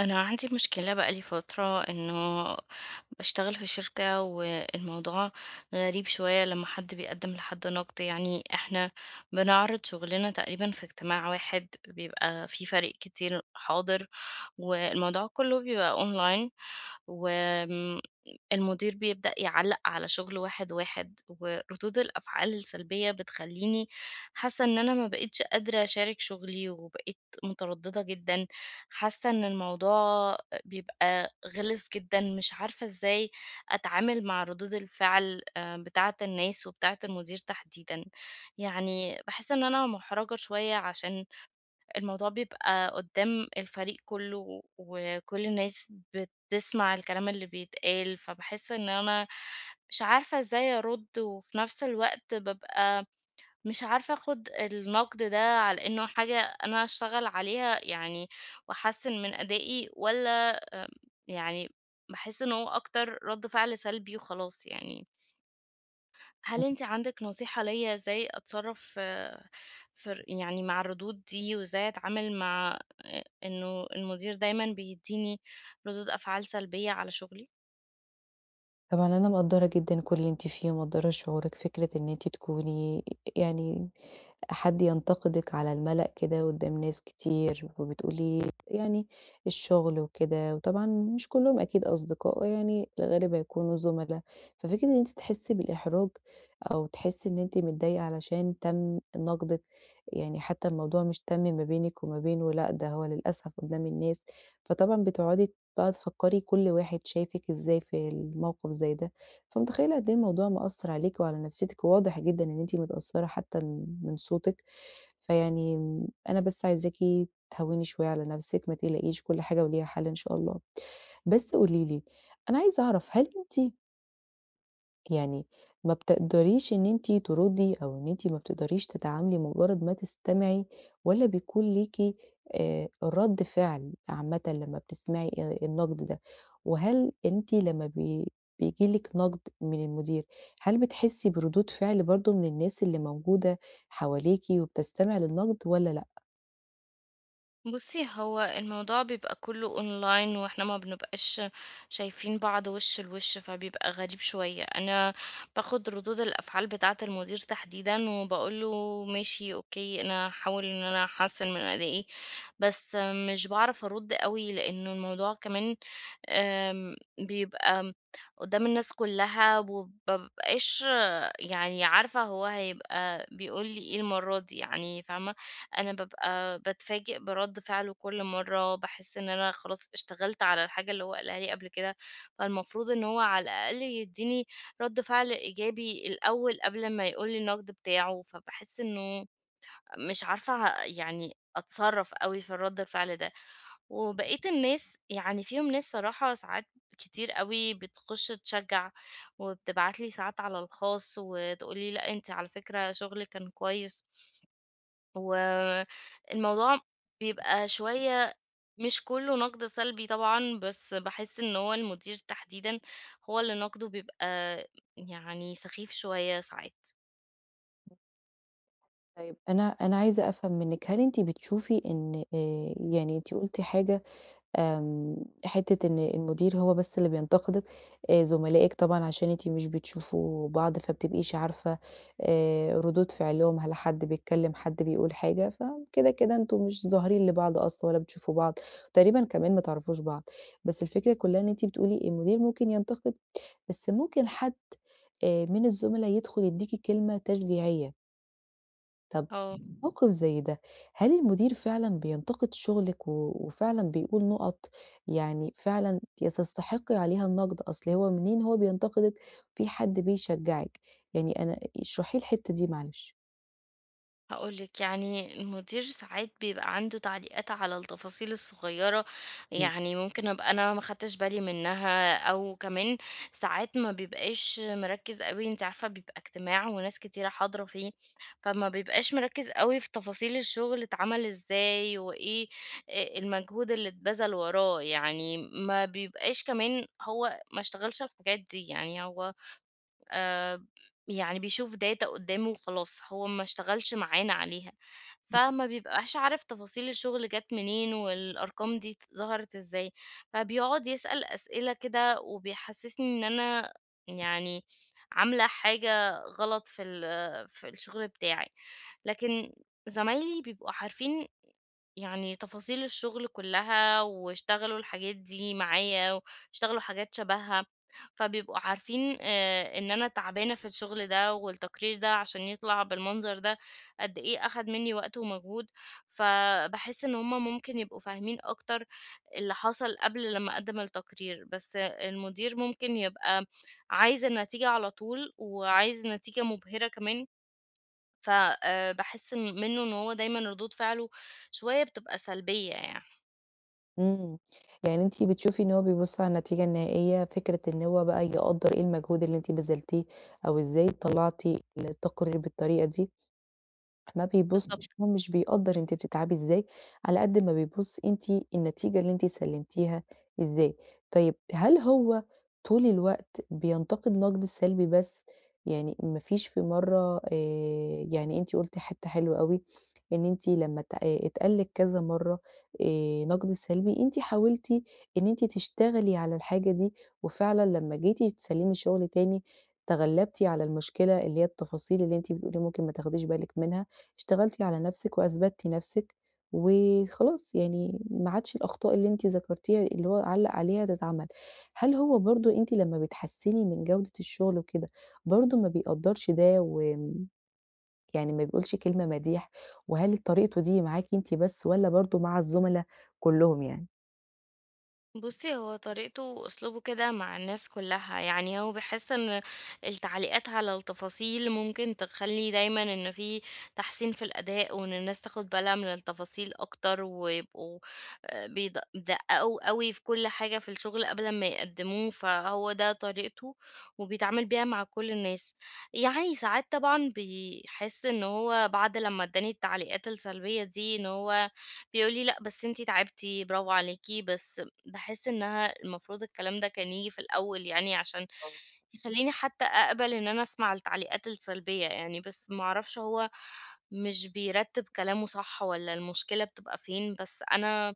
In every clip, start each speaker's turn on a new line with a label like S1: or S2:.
S1: أنا عندي مشكلة بقى لي فترة إنه باشتغل في شركة، والموضوع غريب شوية لما حد بيقدم لحد نقد. يعني إحنا بنعرض شغلنا تقريبا في اجتماع واحد بيبقى فيه فريق كتير حاضر، والموضوع كله بيبقى أونلاين، والمدير بيبدأ يعلق على شغل واحد واحد، وردود الأفعال السلبية بتخليني حاسة إن أنا ما بقيتش قادرة أشارك شغلي، وبقيت مترددة جدا. حاسة إن الموضوع بيبقى غِلِس جدًا، مش عارفة إزاي أتعامل مع ردود الفعل بتاعة الناس وبتاعة المدير تحديدًا. يعني باحس إن أنا مُحرَجة شوية عشان الموضوع بيبقى قُدّام الفريق كُلّه، وكل الناس بتسمع الكلام اللي بيتقال، فباحس إن أنا مش عارفة إزاي أرُد، وفي نفس الوقت بابقى مش عارفة آخُد النقد ده على إنه حاجة أنا أشتغل عليها يعني، وأحسّن من أدائي، والّا آمم يعني باحس إن هو أكتر رَد فعل سلبي وخلاص يعني. هل أنتِ عندِك نصيحة ليّا إزاي أتصرّف في في ر يعني مع الردود دي، وإزاي أتعامل مع إنه المدير دايمًا بيدّيني ردود أفعال سلبية على شُغلي؟
S2: طبعًا أنا مقدّرة جدًا كل اللي أنتِ فيه، ومقدّرة شعورِك، فكرة إن أنتِ تكوني يعني حد ينتقدِك على المَلأ كده قدّام ناس كتير، وبتقولي يعني الشغل وكده، وطبعًا مش كلّهم أكيد أصدقاء، يعني الغالب هيكونوا زُملا، ففكرة إن أنتِ تحسّي بالإحراج أو تحسّي إن أنتِ متضايقة علشان تَم نقدِك، يعني حتى الموضوع مش تَم ما بينِك وما بينه، لأ ده هو للأسف قدّام الناس، فطبعًا بتقعدي بقى تفكّري كل واحد شافِك إزاي في الموقف زي ده، فمتخيّلة قد إيه الموضوع مأثّر عليكِ وعلى نفسيتِك، وواضح جدًا إن أنتِ متأثّرة حتى من صوتِك، فيعني م أنا بس عايزاكِ تهوّني شوية على نفسِك، ما تقلقيش كل حاجة وليها حل إن شاء الله. بس قولي لي، أنا عايزة أعرف هل أنتِ يعني ما بتقدريش إن أنتِ تردّي أو إن أنتِ ما بتقدريش تتعاملي مجرّد ما تستمعي والّا بيكون ليكِ رَد فعل عامةً لمّا بتسمعي النقد ده؟ وهل أنتِ لمّا بي بييجي لِك نقد من المدير، هل بتحسّي بردود فعل برضه من الناس اللي موجودة حواليكِ وبتستمع للنقد والّا لأ؟
S1: بُصّي، هو الموضوع بيبقى كلّه online، وإحنا ما بنبقاش شايفين بعض وِش لوِش، فبيبقى غريب شوية. أنا باخُد ردود الأفعال بتاعة المدير تحديدًا وباقول له: "ماشي، أوكي، أنا هاحاول إن أنا أحسّن من أدائي." بس مش باعرف أرُد أوي لإنه الموضوع كمان بيبقى قدّام الناس كلّها، وما بابقاش يعني عارفة هو هيبقى بيقول لي إيه المرّة دي، يعني فاهمة. أنا بابقى باتفاجئ برَد فعله كل مرّة، باحس إن أنا خلاص اشتغلت على الحاجة اللي هو قالها لي قبل كده، فالمفروض إن هو على الأقل يدّيني رَد فعل إيجابي الأول قبل ما يقول لي النقد بتاعه، فباحس إنه مش عارفة يعني أتصرّف أوي في الرَد الفعل ده. وبقيت الناس، يعني فيهم ناس صراحة ساعات كتير أوي بتخُش تشجّع، وبتبعت لي ساعات على الخاص وتقول لي: "لأ، أنتِ على فكرة شُغلِك كان كويس." والموضوع بيبقى شوية، مش كُلّه نَقْد سلبي طبعًا، بس باحس إن هو المدير تحديدًا هو اللي نَقْده بيبقى يعني سخيف شوية ساعات.
S2: طيب أنا عايزة أفهم منِّك، هل أنتِ بتشوفي إن يعني أنتِ قُلتِ حاجة آمم، حتّة إن المدير هو بس اللي بينتقدِك، زملائِك طبعًا عشان أنتِ مش بتشوفوا بعض، فما بتبقيش عارفة ردود فعلهم، هل حد بيتكلّم، حد بيقول حاجة، كده أنتم مش ظاهرين لبعض أصلًا ولا بتشوفوا بعض، تقريبًا كمان ما تعرفوش بعض. بس الفكرة كُلّها إن أنتِ بتقولي المدير ممكن ينتقد، بس ممكن حد من الزُملا يدخُل يدّيكِ كلمة تشجيعية. طب
S1: آه.
S2: موقف زي ده، هل المدير فعلًا بينتقد شغلِك وفعلًا بيقول نُقَط يعني فعلًا تستحقي عليها النقد؟ أصل هو منين هو بينتقدِك في حد بيشجعِك، يعني أنا اشرحي لي الحتّة دي معلش.
S1: هقولك، يعني المدير ساعات بيبقى عنده تعليقات على التفاصيل الصغيرة،
S2: إمم.
S1: يعني ممكن ابقى انا ما خدتش بالي منها، او كمان ساعات ما بيبقاش مركز قوي، انت عارفة بيبقى اجتماع وناس كتيرة حاضرة فيه، فما بيبقاش مركز قوي في تفاصيل الشغل اتعمل ازاي، وايه المجهود اللي اتبذل وراه، يعني ما بيبقاش كمان هو ما اشتغلش الحاجات دي، يعني هو آآ يعني بيشوف data قدّامه وخلاص، هو ما اشتغلش معانا عليها، فما بيبقاش عارف تفاصيل الشغل جات منين، والأرقام دي ظهرت إزاي، فبيقعد يسأل أسئلة كده وبيحسسني إن أنا يعني عاملة حاجة غلط في الشغل بتاعي. لكن زمايلي بيبقوا عارفين يعني تفاصيل الشغل كلها، واشتغلوا الحاجات دي معايا، واشتغلوا حاجات شبهها، فبيبقوا عارفين آه، ان انا تعبانة في الشغل ده، والتقرير ده عشان يطلع بالمنظر ده قد ايه اخد مني وقت ومجهود، فبحس ان هما ممكن يبقوا فاهمين اكتر اللي حصل قبل لما اقدم التقرير، بس المدير ممكن يبقى عايز النتيجة على طول، وعايز نتيجة مبهرة كمان، ف باحس إن منّه إن هو دايمًا ردود فعله شوية بتبقى سلبية يعني.
S2: إمم. يعني أنتِ بتشوفي إن هو بيبُص على النتيجة النهائية، فكرة إن هو بقى يقدّر إيه المجهود اللي أنتِ بذلتيه أو إزاي طلّعتِ التقرير بالطريقة دي، ما بيبصش
S1: بالضبط.
S2: هو مش بيقدّر أنتِ بتتعبي إزاي، على قد ما بيبص أنتِ النتيجة اللي أنتِ سلمتيها إزاي. طيب هل هو طول الوقت بينتقد النقد السلبي بس؟ يعني ما فيش في مرّة يعني أنتِ قُلتِ حتّة حلوة أوي، إن أنتِ لمّا اتقال لِك كذا مرّة نقد سلبي، أنتِ حاولتِ إن أنتِ تشتغلي على الحاجة دي، وفعلًا لمّا جيتِ تسلمي شغل تاني تغلبتِ على المشكلة اللي هي التفاصيل اللي أنتِ بتقولي ممكن ما تاخديش بالِك منها، اشتغلتِ على نفسِك وأثبتِّ نفسِك، وخلاص يعني ما عادش الأخطاء اللي أنتِ ذكرتيها اللي هو علَّق عليها تتعمل. هل هو برضه أنتِ لمّا بتحسِّني من جودة الشغل وكده، برضه ما بيقدّرش ده يعني ما بيقولش كلمة مديح، وهل طريقته دي معاكِ أنتِ بس والّا برضه مع الزملا كلّهم يعني؟
S1: بُصّي، هو طريقته وأسلوبه كده مع الناس كلّها، يعني هو بيحس إن التعليقات على التفاصيل ممكن تخلّي دايمًا إن في تحسين في الأداء، وإن الناس تاخد بالها من التفاصيل أكتر، ويبقوا بيدققوا أوي في كل حاجة في الشغل قبل ما يقدّموه، فهو ده طريقته، وبيتعامل بيها مع كل الناس. يعني ساعات طبعًا بيحس إن هو بعد لمّا ادّاني التعليقات السلبية دي، إن هو بيقول لي: "لأ، بس أنتِ تعبتِ، برافو عليكِ، بس." باحس إنها المفروض الكلام ده كان ييجي في الأول، يعني عشان
S2: آه.
S1: يخلّيني حتى أقبل إن أنا أسمع التعليقات السلبية يعني، بس ما أعرفش هو مش بيرتّب كلامه صح، والّا المشكلة بتبقى فين، بس أنا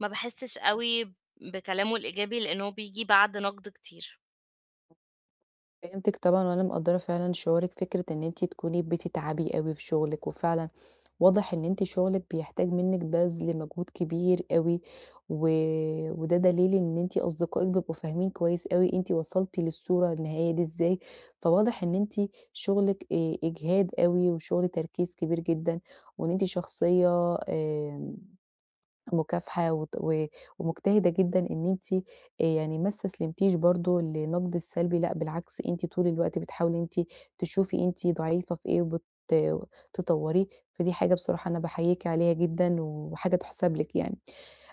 S1: ما باحسّش أوي بكلامه الإيجابي لأنه بييجي بعد نقد كتير.
S2: فهمتِك طبعًا، وأنا مقدّرة فعلًا شعورِك، فكرة إن أنتِ تكوني بتتعبي أوي في شغلِك وفعلًا واضح إن أنتِ شغلِك بيحتاج منِّك بَذْل مجهود كبير أوي، و وده دليل إن أنتِ أصدقائِك بيبقوا فاهمين كويس أوي أنتِ وصلتِ للصورة النهائية دي إزاي، فواضح إن أنتِ شغلِك إجهاد أوي وشغل تركيز كبير جدًا، وإن أنتِ شخصية آآ مكافحة وت و ومجتهدة جدًا إن أنتِ يعني ما استسلمتيش برضه للنقد السلبي، لأ بالعكس أنتِ طول الوقت بتحاولي إن أنتِ تشوفي أنتِ ضعيفة في إيه تطوريه، فدي حاجة بصراحة أنا باحييكِ عليها جدًا وحاجة تُحسب لِك يعني.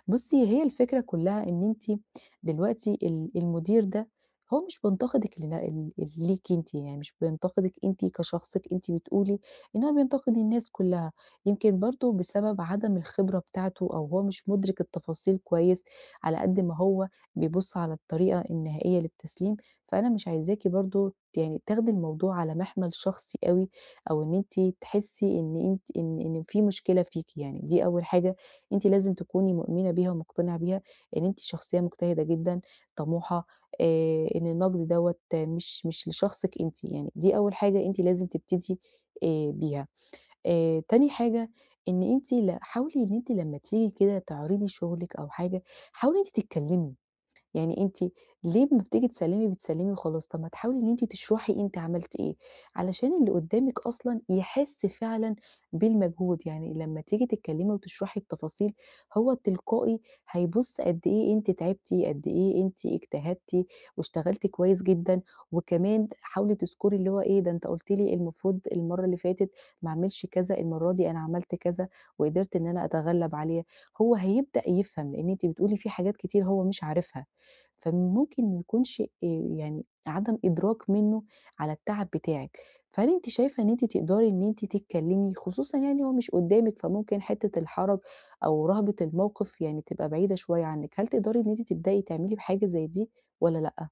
S2: بُصّي، هي الفكرة كلّها إن أنتِ دلوقتي المدير ده هو مش بينتقدِك ل ال ليكِ أنتِ، يعني مش بينتقدِك أنتِ كشخصِك، أنتِ بتقولي إن هو بينتقد الناس كلّها، يمكن برضه بسبب عدم الخبرة بتاعته أو هو مش مُدرِك التفاصيل كويس على قد ما هو بيبُص على الطريقة النهائية للتسليم، فأنا مش عايزاكِ برضه يعني تاخدي الموضوع على محمل شخصي أوي أو إن أنتِ تحسّي إن أنتِ إن في مشكلة فيكِ يعني، دي أول حاجة أنتِ لازم تكوني مؤمنة بيها ومقتنعة بيها إن أنتِ شخصية مجتهدة جدًا، طموحة، إن النقد دوّة مش لشخصِك أنتِ، يعني دي أول حاجة أنتِ لازم تبتدي بيها. تاني حاجة إن أنتِ حاولي إن أنتِ لمّا تيجي كده تعرضي شغلِك أو حاجة، حاولي إن أنتِ تتكلمي. يعني أنتِ ليه أمّا بتيجي بتسلّمي وخلاص، طب ما تحاولي إن أنتِ تشرحي أنتِ عملتِ إيه، علشان اللي قدّامِك أصلًا يحس فعلًا بالمجهود، يعني لمّا تيجي تتكلّمي وتشرحي التفاصيل هو تلقائي هيبُص قد إيه أنتِ تعبتِ، قد إيه أنتِ اجتهدتِ واشتغلتِ كويس جدًا، وكمان حاولي تذكري اللي هو إيه، ده أنت قُلت لي المفروض المَرّة اللي فاتت ما أعملش كذا، المَرّة دي أنا عملت كذا وقدرت إن أنا أتغلّب عليه، هو هيبدأ يفهم، لإن أنتِ بتقولي في حاجات كتير هو مش عارفها. فممكن ما يكونش يعني عدم إدراك منّه على التعب بتاعِك، فهل أنتِ شايفة إن أنتِ تقدري إن أنتِ تتكلّمي خصوصًا يعني هو مش قدّامِك، فممكن حتّة الحرج أو رهبة الموقف يعني تبقى بعيدة شوية عنِّك، هل تقدري إن أنتِ تبدئي تعملي بحاجة زي دي والّا لأ؟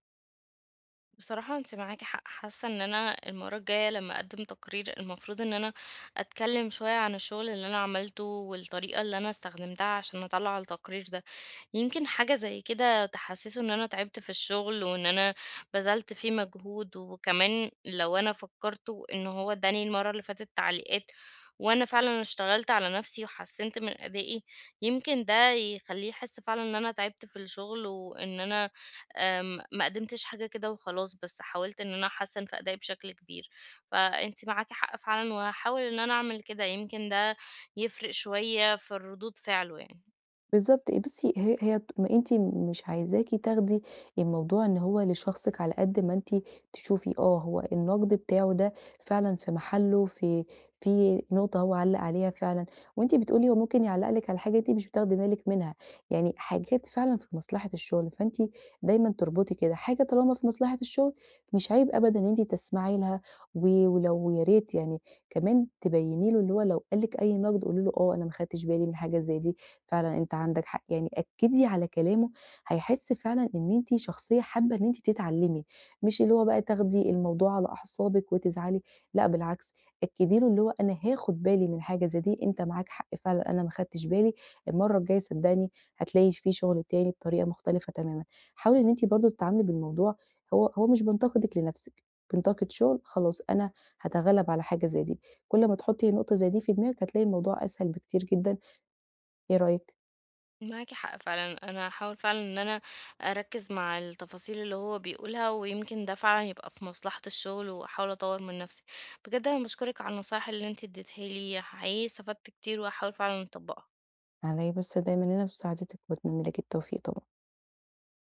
S1: بصراحة أنتِ معاكِ حق، حاسة إن أنا المرّة الجاية لمّا أقدّم تقرير المفروض إن أنا أتكلّم شوية عن الشغل اللي أنا عملته، والطريقة اللي أنا استخدمتها عشان أطلّع التقرير ده. يمكن حاجة زي كده تحسسه ان انا تعبت في الشغل، وان انا بذلت فيه مجهود، وكمان لو انا فكرته ان هو اداني المرة اللي فاتت تعليقات، وانا فعلا اشتغلت على نفسي وحسنت من ادائي، يمكن ده يخليه يحس فعلا ان انا تعبت في الشغل، وان انا ما قدمتش حاجة كده وخلاص، بس حاولت ان انا احسن في ادائي بشكل كبير. فانتي معاكي حق فعلا، وهحاول ان انا اعمل كده، يمكن ده يفرق شوية في الردود فعله يعني.
S2: بالضبط، بُصّي هي هي ت ما أنتِ مش عايزاكِ تاخدي الموضوع إن هو لشخصِك على قد ما أنتِ تشوفي آه، هو النقد بتاعه ده فعلًا في محله، في نقطة هو علّق عليها فعلًا، وأنتِ بتقولي هو ممكن يعلّق لِك على حاجة أنتِ مش بتاخدي بالِك منها، يعني حاجات فعلًا في مصلحة الشغل، فأنتِ دايمًا تربطي كده، حاجة طالما في مصلحة الشغل مش عيب أبدًا إن أنتِ تسمعي لها، ولو يا ريت يعني كمان تبيّني له اللي هو لو قال لِك أي نقد قولي له آه، أنا ما خدتش بالي من حاجة زي دي، فعلًا أنت عندك حق، يعني أكّدي على كلامه، هيحس فعلًا إن أنتِ شخصية حابة إن أنتِ تتعلمي، مش اللي هو بقى تاخدي الموضوع على أعصابِك وتزعلي، لأ بالعكس، أكّدي له اللي هو أنا هاخد بالي من حاجة زي دي، أنت معاك حق فعلًا أنا ما خدتش بالي، المرّة الجاية صدّقني هتلاقي في شغل تاني بطريقة مختلفة تمامًا. حاولي إن أنتِ برضه تتعاملي بالموضوع هو مش بينتقدِك لنَفْسِك، بينتقد شغل، خلاص أنا هاتغلّب على حاجة زي دي، كل ما تحطّي نقطة زي دي في دماغِك هتلاقي الموضوع أسهل بكتير جدًا، إيه رأيك؟
S1: معاكِ حق فعلًا، أنا هاحاول فعلًا إن أنا أركّز مع التفاصيل اللي هو بيقولها، ويمكن ده فعلًا يبقى في مصلحة الشغل، وأحاول أطوّر من نفسي. بجد أنا باشكرِك على النصايح اللي أنتِ اديتيها لي، حقيقي استفدت كتير، وهاحاول فعلًا أطبّقها.
S2: على إيه بس دايما هنا في مساعدتِك وباتمنى لِك التوفيق طبعًا.